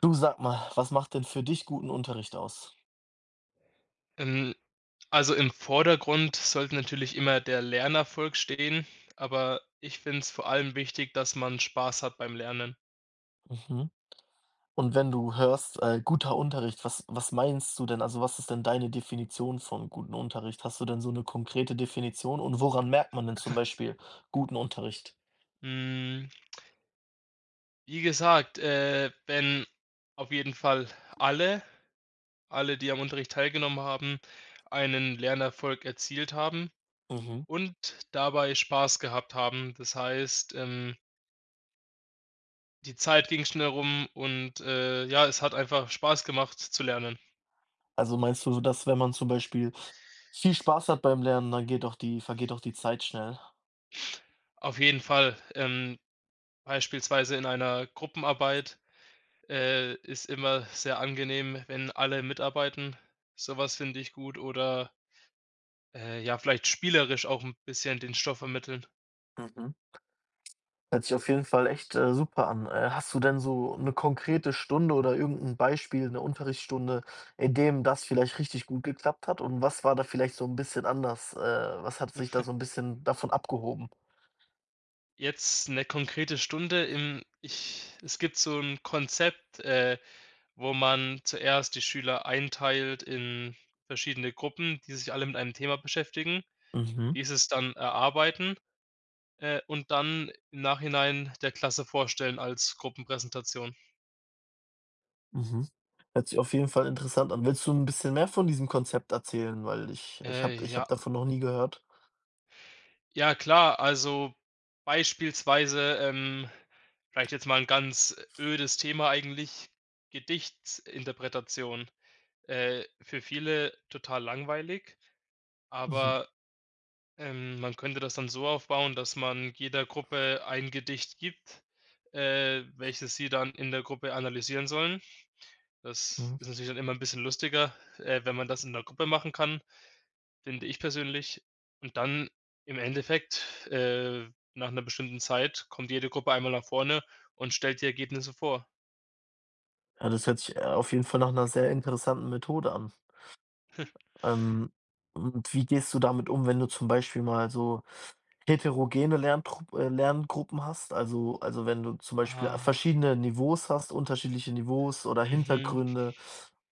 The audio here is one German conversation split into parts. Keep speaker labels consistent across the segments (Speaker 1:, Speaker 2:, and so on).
Speaker 1: Du sag mal, was macht denn für dich guten Unterricht aus?
Speaker 2: Ähm, also im Vordergrund sollte natürlich immer der Lernerfolg stehen, aber ich finde es vor allem wichtig, dass man Spaß hat beim Lernen.
Speaker 1: Mhm. Und wenn du hörst, guter Unterricht, was meinst du denn? Also was ist denn deine Definition von guten Unterricht? Hast du denn so eine konkrete Definition? Und woran merkt man denn zum Beispiel guten Unterricht?
Speaker 2: Hm, Wie gesagt, wenn auf jeden Fall alle alle, die am Unterricht teilgenommen haben, einen Lernerfolg erzielt haben
Speaker 1: Mhm.
Speaker 2: und dabei Spaß gehabt haben. Das heißt, die Zeit ging schnell rum und, ja, es hat einfach Spaß gemacht zu lernen.
Speaker 1: Also meinst du, dass wenn man zum Beispiel viel Spaß hat beim Lernen, dann vergeht doch die Zeit schnell?
Speaker 2: Auf jeden Fall, beispielsweise in einer Gruppenarbeit ist immer sehr angenehm, wenn alle mitarbeiten. So was finde ich gut, oder ja, vielleicht spielerisch auch ein bisschen den Stoff vermitteln.
Speaker 1: Mhm. Hört sich auf jeden Fall echt, super an. Hast du denn so eine konkrete Stunde oder irgendein Beispiel, eine Unterrichtsstunde, in dem das vielleicht richtig gut geklappt hat? Und was war da vielleicht so ein bisschen anders? Was hat sich da so ein bisschen davon abgehoben?
Speaker 2: Jetzt eine konkrete Stunde im ich es gibt so ein Konzept, wo man zuerst die Schüler einteilt in verschiedene Gruppen, die sich alle mit einem Thema beschäftigen,
Speaker 1: Mhm,
Speaker 2: dieses dann erarbeiten und dann im Nachhinein der Klasse vorstellen als Gruppenpräsentation.
Speaker 1: mhm. Hört sich auf jeden Fall interessant an. Willst du ein bisschen mehr von diesem Konzept erzählen? Weil ich ich habe ich
Speaker 2: Ja,
Speaker 1: hab davon noch nie gehört.
Speaker 2: ja klar, also beispielsweise, vielleicht jetzt mal ein ganz ödes Thema eigentlich: Gedichtsinterpretation. Für viele total langweilig,
Speaker 1: Mhm,
Speaker 2: aber man könnte das dann so aufbauen, dass man jeder Gruppe ein Gedicht gibt, welches sie dann in der Gruppe analysieren sollen. Das
Speaker 1: mhm.
Speaker 2: ist natürlich dann immer ein bisschen lustiger, wenn man das in der Gruppe machen kann. Finde ich persönlich. Und dann im Endeffekt nach einer bestimmten Zeit kommt jede Gruppe einmal nach vorne und stellt die Ergebnisse vor.
Speaker 1: Ja, das hört sich, auf jeden Fall nach einer sehr interessanten Methode an. Ähm, und wie gehst du damit um, wenn du zum Beispiel mal so heterogene Lerntrupp Lerngruppen hast? Also, wenn du zum Beispiel
Speaker 2: Ah,
Speaker 1: verschiedene Niveaus hast, unterschiedliche Niveaus oder
Speaker 2: mhm,
Speaker 1: Hintergründe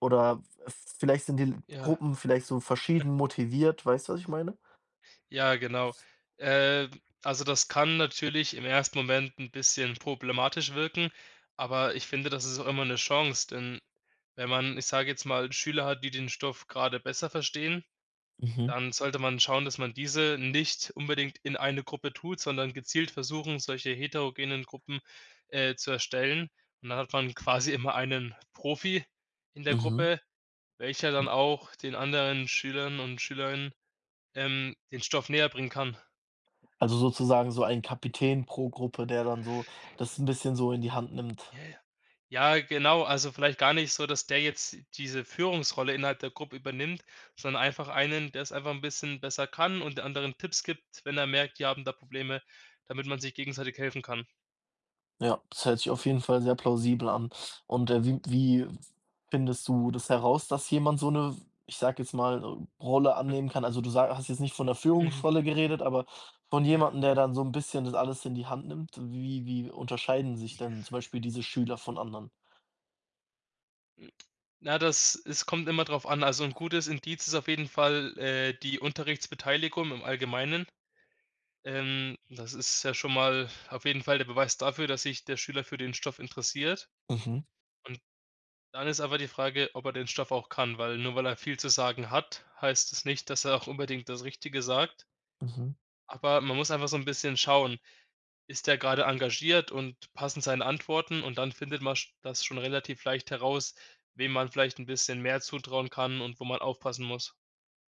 Speaker 1: oder v vielleicht sind die
Speaker 2: ja.
Speaker 1: Gruppen vielleicht so verschieden motiviert, weißt du, was ich meine?
Speaker 2: Ja, genau. Äh, also, das kann natürlich im ersten Moment ein bisschen problematisch wirken, aber ich finde, das ist auch immer eine Chance, denn wenn man, ich sage jetzt mal, Schüler hat, die den Stoff gerade besser verstehen.
Speaker 1: Mhm,
Speaker 2: Dann sollte man schauen, dass man diese nicht unbedingt in eine Gruppe tut, sondern gezielt versuchen, solche heterogenen Gruppen zu erstellen. Und dann hat man quasi immer einen Profi in der
Speaker 1: mhm.
Speaker 2: Gruppe, welcher dann auch den anderen Schülern und Schülerinnen den Stoff näherbringen kann.
Speaker 1: Also, sozusagen so ein Kapitän pro Gruppe, der dann so das ein bisschen so in die Hand nimmt.
Speaker 2: Ja, ja. Ja, genau, also vielleicht gar nicht so, dass der jetzt diese Führungsrolle innerhalb der Gruppe übernimmt, sondern einfach einen, der es einfach ein bisschen besser kann und den anderen Tipps gibt, wenn er merkt, die haben da Probleme, damit man sich gegenseitig helfen kann.
Speaker 1: Ja, das hört sich auf jeden Fall sehr plausibel an. Und, wie findest du das heraus, dass jemand so eine ich sage jetzt mal, Rolle annehmen kann? Also, du sa hast jetzt nicht von der
Speaker 2: Mhm.
Speaker 1: Führungsrolle geredet, aber von
Speaker 2: Ja.
Speaker 1: jemandem, der dann so ein bisschen das alles in die Hand nimmt. Wie unterscheiden sich denn zum Beispiel diese Schüler von anderen?
Speaker 2: Hm. Na, das es kommt immer drauf an. Also 'n gutes Indiz ist auf jeden Fall die Unterrichtsbeteiligung im Allgemeinen. Das ist ja schon mal auf jeden Fall der Beweis dafür, dass sich der Schüler für den Stoff interessiert.
Speaker 1: Mhm,
Speaker 2: Und dann ist aber die Frage, ob er den Stoff auch kann, weil nur weil er viel zu sagen hat, heißt es nicht, dass er auch unbedingt das Richtige sagt.
Speaker 1: mhm,
Speaker 2: Aber man muss einfach so 'n bisschen schauen: Ist er gerade engagiert und passen seine Antworten? Und dann findet man sch das schon relativ leicht heraus, wem man vielleicht ein bisschen mehr zutrauen kann und wo man aufpassen muss.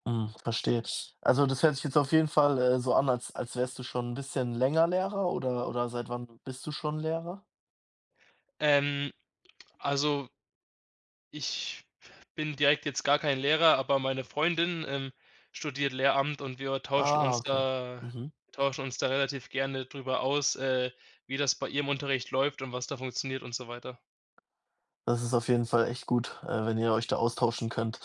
Speaker 1: mhm, verstehe. Also, das hört sich jetzt auf jeden Fall, so an, als wärst du schon ein bisschen länger Lehrer oder seit wann bist du schon Lehrer?
Speaker 2: Ähm, also, ich bin direkt jetzt gar kein Lehrer, aber meine Freundin studiert Lehramt und wir tauschen
Speaker 1: Ah,
Speaker 2: uns
Speaker 1: okay.
Speaker 2: da
Speaker 1: Mhm.
Speaker 2: tauschen uns da relativ gerne drüber aus, wie das bei ihr im Unterricht läuft und was da funktioniert und so weiter.
Speaker 1: Das ist auf jeden Fall echt gut, wenn ihr euch da austauschen könnt.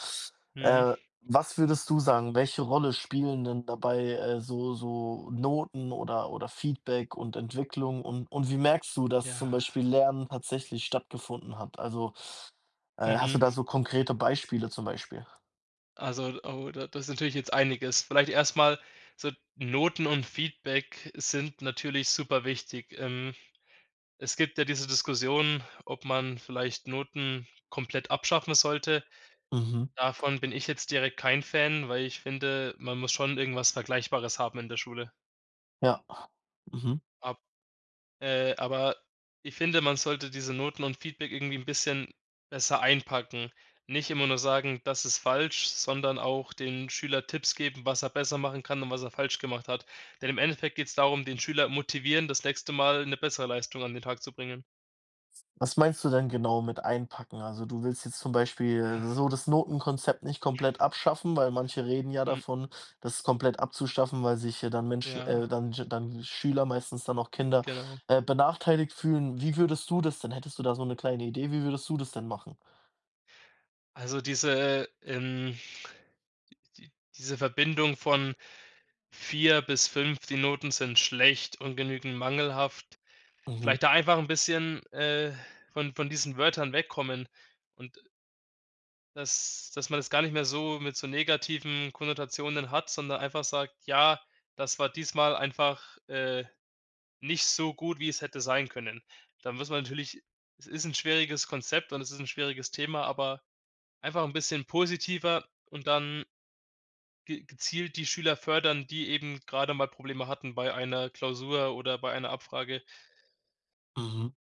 Speaker 1: Äh,
Speaker 2: Mhm.
Speaker 1: Was würdest du sagen, welche Rolle spielen denn dabei, so Noten oder Feedback und Entwicklung und wie merkst du, dass
Speaker 2: Ja.
Speaker 1: zum Beispiel Lernen tatsächlich stattgefunden hat? Also, hast du
Speaker 2: Mhm.
Speaker 1: da so konkrete Beispiele zum Beispiel?
Speaker 2: Also, oh, da das ist natürlich jetzt einiges. Vielleicht erstmal: so Noten und Feedback sind natürlich super wichtig. Es gibt ja diese Diskussion, ob man vielleicht Noten komplett abschaffen sollte.
Speaker 1: Mhm.
Speaker 2: Davon bin ich jetzt direkt kein Fan, weil ich finde, man muss schon irgendwas Vergleichbares haben in der Schule.
Speaker 1: Ja. Mhm.
Speaker 2: Aber ich finde, man sollte diese Noten und Feedback irgendwie ein bisschen besser einpacken. Nicht immer nur sagen: „Das ist falsch“, sondern auch den Schüler Tipps geben, was er besser machen kann und was er falsch gemacht hat. Denn im Endeffekt geht es darum, den Schüler motivieren, das nächste Mal eine bessere Leistung an den Tag zu bringen.
Speaker 1: Was meinst du denn genau mit einpacken? Also, du willst jetzt zum Beispiel so das Notenkonzept nicht komplett abschaffen, weil manche reden ja
Speaker 2: Hm,
Speaker 1: davon, das komplett abzuschaffen, weil sich ja dann Menschen
Speaker 2: ja,
Speaker 1: dann Schüler, meistens dann auch Kinder,
Speaker 2: genau.
Speaker 1: benachteiligt fühlen. Wie würdest du das denn Hättest du da so eine kleine Idee, wie würdest du das denn machen?
Speaker 2: Also, die diese Verbindung von 4 bis fünf, die Noten sind schlecht und genügen mangelhaft.
Speaker 1: Mhm,
Speaker 2: Vielleicht da einfach ein bisschen von diesen Wörtern wegkommen und dass man das gar nicht mehr so mit so negativen Konnotationen hat, sondern einfach sagt: „Ja, das war diesmal einfach nicht so gut, wie es hätte sein können.“ Da muss man natürlich, es ist ein schwieriges Konzept und es ist ein schwieriges Thema, aber einfach ein bisschen positiver und dann ge gezielt die Schüler fördern, die eben gerade mal Probleme hatten bei einer Klausur oder bei einer Abfrage.
Speaker 1: mhm.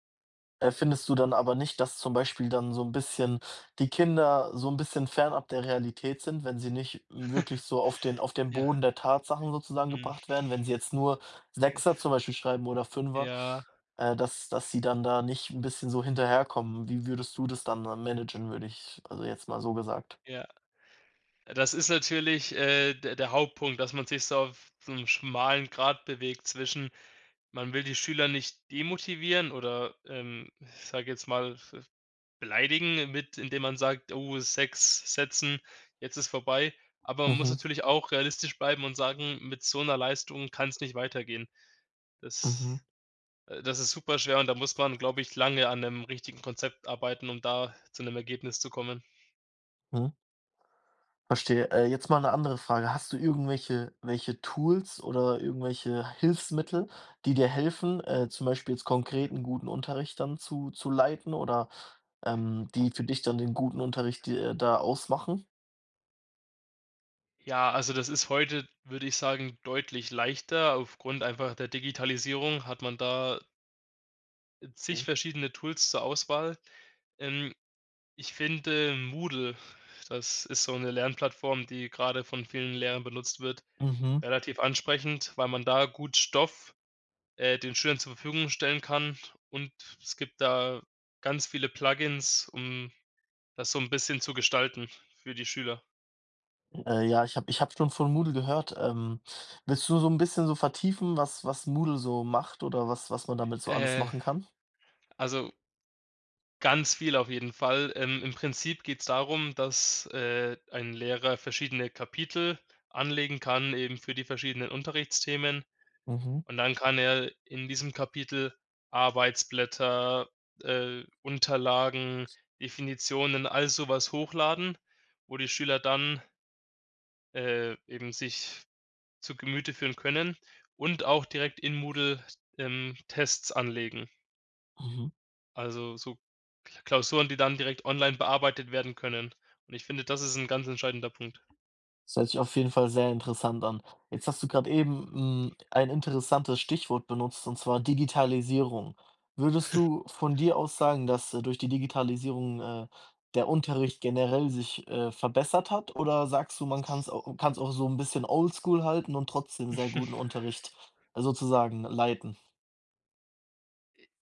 Speaker 1: Findest du dann aber nicht, dass zum Beispiel dann so ein bisschen die Kinder so ein bisschen fernab der Realität sind, wenn sie nicht wirklich so auf den
Speaker 2: Ja,
Speaker 1: Boden der Tatsachen sozusagen
Speaker 2: mhm.
Speaker 1: gebracht werden, wenn sie jetzt nur Sechser zum Beispiel schreiben oder Fünfer,
Speaker 2: Ja,
Speaker 1: dass sie dann da nicht ein bisschen so hinterherkommen? Wie würdest du das dann, managen, würde ich also, jetzt mal so gesagt?
Speaker 2: ja. Das ist natürlich der Hauptpunkt, dass man sich so auf so 'nem schmalen Grat bewegt zwischen, man will die Schüler nicht demotivieren oder ich sage jetzt mal, v beleidigen, mit indem man sagt: „Oh, 6 Sätzen, jetzt ist vorbei.“ Aber man muss
Speaker 1: Mhm,
Speaker 2: natürlich auch realistisch bleiben und sagen: „Mit so einer Leistung kann es nicht weitergehen.“
Speaker 1: mhm,
Speaker 2: Das das ist super schwer und da muss man, glaube ich, lange an einem richtigen Konzept arbeiten, um da zu einem Ergebnis zu kommen.
Speaker 1: mhm. Verstehe. Jetzt mal eine andere Frage. Hast du irgendwelche welche Tools oder irgendwelche Hilfsmittel, die dir helfen, zum Beispiel jetzt konkret einen guten Unterricht dann zu leiten oder, die für dich dann den guten Unterricht, die, da ausmachen?
Speaker 2: Ja, also das ist heute, würde ich sagen, deutlich leichter. Aufgrund einfach der Digitalisierung hat man da zig
Speaker 1: Mhm.
Speaker 2: verschiedene Tools zur Auswahl. Ähm, Ich finde Moodle, das ist so eine Lernplattform, die gerade von vielen Lehrern benutzt wird,
Speaker 1: Mhm.
Speaker 2: relativ ansprechend, weil man da gut Stoff den Schülern zur Verfügung stellen kann, und es gibt da ganz viele Plugins, um das so ein bisschen zu gestalten für die Schüler.
Speaker 1: Ja, ich habe schon von Moodle gehört. Willst du so ein bisschen so vertiefen, was Moodle so macht oder was man damit so alles
Speaker 2: Äh,
Speaker 1: machen kann?
Speaker 2: also Ganz viel auf jeden Fall. Im Prinzip geht es darum, dass ein Lehrer verschiedene Kapitel anlegen kann, eben für die verschiedenen Unterrichtsthemen.
Speaker 1: Mhm.
Speaker 2: Und dann kann er in diesem Kapitel Arbeitsblätter Unterlagen, Definitionen, all sowas hochladen, wo die Schüler dann eben sich zu Gemüte führen können, und auch direkt in Moodle Tests anlegen.
Speaker 1: Mhm.
Speaker 2: Also, so Klausuren, die dann direkt online bearbeitet werden können. Und ich finde, das ist ein ganz entscheidender Punkt.
Speaker 1: Das hört sich auf jeden Fall sehr interessant an. Jetzt hast du gerade eben, ein interessantes Stichwort benutzt, und zwar Digitalisierung. Würdest du von dir aus sagen, dass, durch die Digitalisierung, der Unterricht generell sich, verbessert hat? Oder sagst du, man kann es au kann's auch so ein bisschen oldschool halten und trotzdem sehr guten Unterricht sozusagen leiten?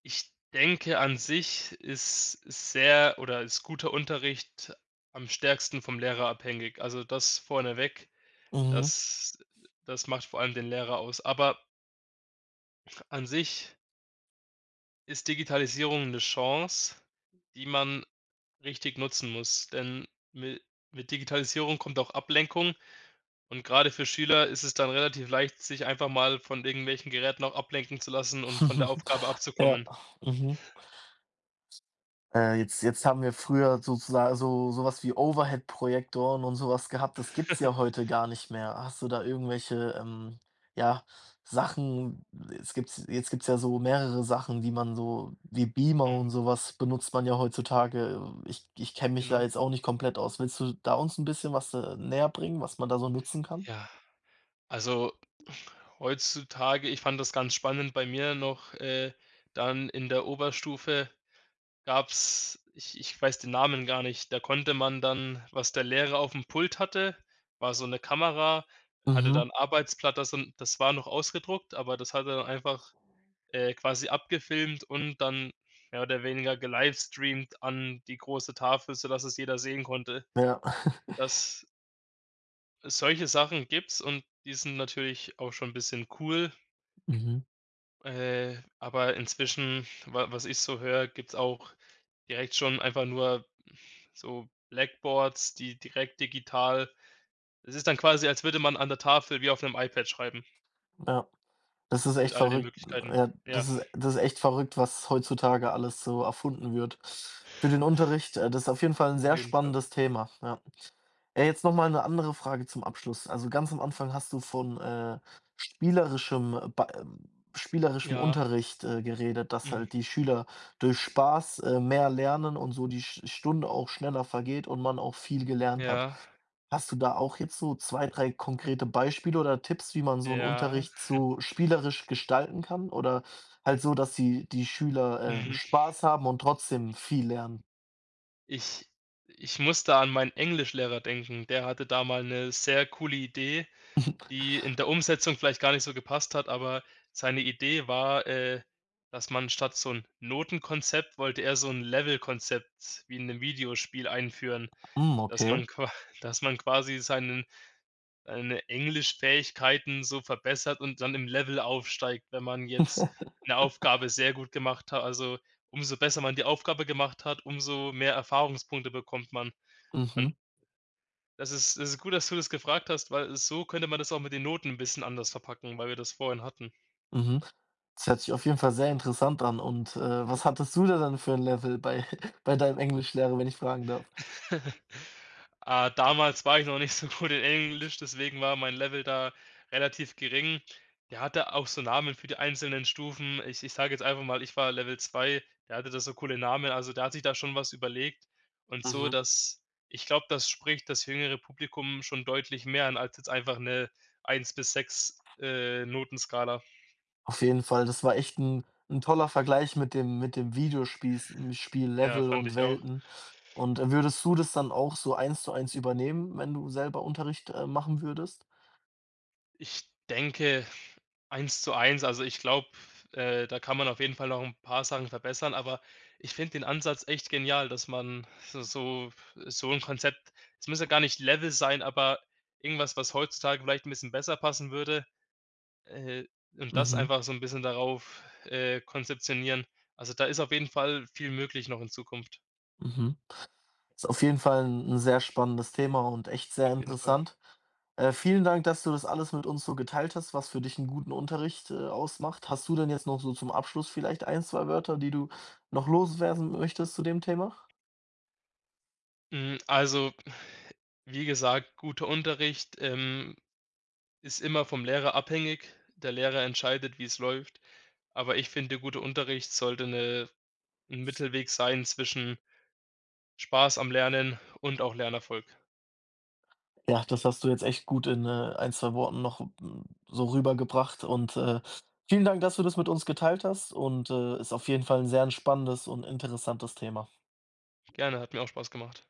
Speaker 2: Ich denke, an sich ist sehr, oder ist guter Unterricht am stärksten vom Lehrer abhängig. Also, das vorneweg,
Speaker 1: Mhm.
Speaker 2: das das macht vor allem den Lehrer aus. Aber an sich ist Digitalisierung eine Chance, die man richtig nutzen muss, denn mi mit Digitalisierung kommt auch Ablenkung. Und gerade für Schüler ist es dann relativ leicht, sich einfach mal von irgendwelchen Geräten auch ablenken zu lassen und von der Aufgabe
Speaker 1: Ja,
Speaker 2: abzukommen.
Speaker 1: mhm. Jetzt haben wir früher sozusagen so sowas wie Overhead-Projektoren und sowas gehabt. Das gibt's ja heute gar nicht mehr. Hast du da irgendwelche, ja, Sachen es gibt jetzt gibt's ja so mehrere Sachen, die man so wie Beamer
Speaker 2: Mhm,
Speaker 1: und sowas benutzt man ja heutzutage. Ich kenne mich da
Speaker 2: genau.
Speaker 1: jetzt auch nicht komplett aus. Willst du da uns ein bisschen was, näherbringen, was man da so nutzen kann?
Speaker 2: Ja, also heutzutage, ich fand das ganz spannend bei mir noch dann in der Oberstufe gab's, ich weiß den Namen gar nicht, da konnte man dann, was der Lehrer auf dem Pult hatte, war so eine Kamera, hatte
Speaker 1: Mhm.
Speaker 2: dann Arbeitsblatt, das, und das war noch ausgedruckt, aber das hat er dann einfach quasi abgefilmt und dann mehr oder weniger gelivestreamt an die große Tafel, sodass es jeder sehen konnte.
Speaker 1: Ja.
Speaker 2: Dass solche Sachen gibt's, und die sind natürlich auch schon 'n bisschen cool
Speaker 1: Mhm.
Speaker 2: aber inzwischen, wa was ich so höre, gibt's auch direkt schon einfach nur so Blackboards, die direkt digital, es ist dann quasi, als würde man an der Tafel wie auf 'nem iPad schreiben,
Speaker 1: Ja. Das ist
Speaker 2: mit
Speaker 1: echt
Speaker 2: all den
Speaker 1: verrückt.
Speaker 2: Möglichkeiten.
Speaker 1: Ja,
Speaker 2: Ja,
Speaker 1: das ist echt verrückt, was heutzutage alles so erfunden wird für den Unterricht. Das ist auf jeden Fall ein
Speaker 2: auf
Speaker 1: sehr
Speaker 2: jeden Fall.
Speaker 1: spannendes Thema, ja. Jetzt noch mal 'ne andere Frage zum Abschluss. Also, ganz am Anfang hast du von, spielerischem bei ähm, spielerischem
Speaker 2: Ja,
Speaker 1: Unterricht, geredet, dass
Speaker 2: mhm,
Speaker 1: halt die Schüler durch Spaß, mehr lernen und so die Sch Stunde auch schneller vergeht und man auch viel gelernt hat.
Speaker 2: ja,
Speaker 1: Hast du da auch jetzt so 2 3 konkrete Beispiele oder Tipps, wie man so einen
Speaker 2: ja,
Speaker 1: Unterricht so spielerisch gestalten kann oder halt so, dass die Schüler,
Speaker 2: mhm.
Speaker 1: Spaß haben und trotzdem viel lernen?
Speaker 2: Ich ich muss da an meinen Englischlehrer denken. Der hatte da mal eine sehr coole Idee, die in der Umsetzung vielleicht gar nicht so gepasst hat, aber seine Idee war dass man statt so ein Notenkonzept wollte er so ein Levelkonzept wie in einem Videospiel einführen,
Speaker 1: Mhm. Hm,
Speaker 2: dass
Speaker 1: okay.
Speaker 2: man qua dass man quasi seinen deine Englischfähigkeiten so verbessert und dann im Level aufsteigt, wenn man jetzt eine Aufgabe sehr gut gemacht hat. Also, umso besser man die Aufgabe gemacht hat, umso mehr Erfahrungspunkte bekommt man. Und
Speaker 1: Mhm.
Speaker 2: das ist, das ist gut, dass du das gefragt hast, weil so könnte man das auch mit den Noten ein bisschen anders verpacken, weil wir das vorhin hatten.
Speaker 1: Mhm. Das hört sich auf jeden Fall sehr interessant an und, was hattest du da dann für ein Level bei bei deinem Englischlehrer, wenn ich fragen darf?
Speaker 2: Ah, damals war ich noch nicht so gut in Englisch, deswegen war mein Level da relativ gering. Der hatte auch so Namen für die einzelnen Stufen. Ich sage jetzt einfach mal, ich war Level 2. Der hatte da so coole Namen. Also, der hat sich da schon was überlegt und so,
Speaker 1: Mhm.
Speaker 2: dass, ich glaube, das spricht das jüngere Publikum schon deutlich mehr an als jetzt einfach eine eins bis 6 Notenskala.
Speaker 1: Auf jeden Fall, das war echt ein toller Vergleich mit dem Videospiels Spiel
Speaker 2: Ja,
Speaker 1: Level
Speaker 2: fand
Speaker 1: und
Speaker 2: ich auch.
Speaker 1: Welten. Und, würdest du das dann auch so eins zu eins übernehmen, wenn du selber Unterricht, machen würdest?
Speaker 2: Ich denke, eins zu eins, also, ich glaube da kann man auf jeden Fall noch ein paar Sachen verbessern, aber ich finde den Ansatz echt genial, dass man so so so 'n Konzept, es muss ja gar nicht Level sein, aber irgendwas, was heutzutage vielleicht ein bisschen besser passen würde äh, und das
Speaker 1: Mhm,
Speaker 2: einfach so ein bisschen darauf konzeptionieren. Also, da ist auf jeden Fall viel möglich noch in Zukunft,
Speaker 1: mhm. Ist auf jeden Fall ein 'n sehr spannendes Thema und echt sehr
Speaker 2: auf jeden Fall.
Speaker 1: interessant. Vielen Dank, dass du das alles mit uns so geteilt hast, was für dich einen guten Unterricht, ausmacht. Hast du denn jetzt noch so zum Abschluss vielleicht ein, 2 Wörter, die du noch loswerden möchtest zu dem Thema?
Speaker 2: Also, wie gesagt, guter Unterricht ist immer vom Lehrer abhängig. Der Lehrer entscheidet, wie es läuft. Aber ich finde, guter Unterricht sollte 'ne, 'n Mittelweg sein zwischen Spaß am Lernen und auch Lernerfolg.
Speaker 1: Ja, das hast du jetzt echt gut in, ein, zwei Worten noch, so rübergebracht und, vielen Dank, dass du das mit uns geteilt hast und, ist auf jeden Fall ein sehr 'n spannendes und interessantes Thema.
Speaker 2: Gerne, hat mir auch Spaß gemacht.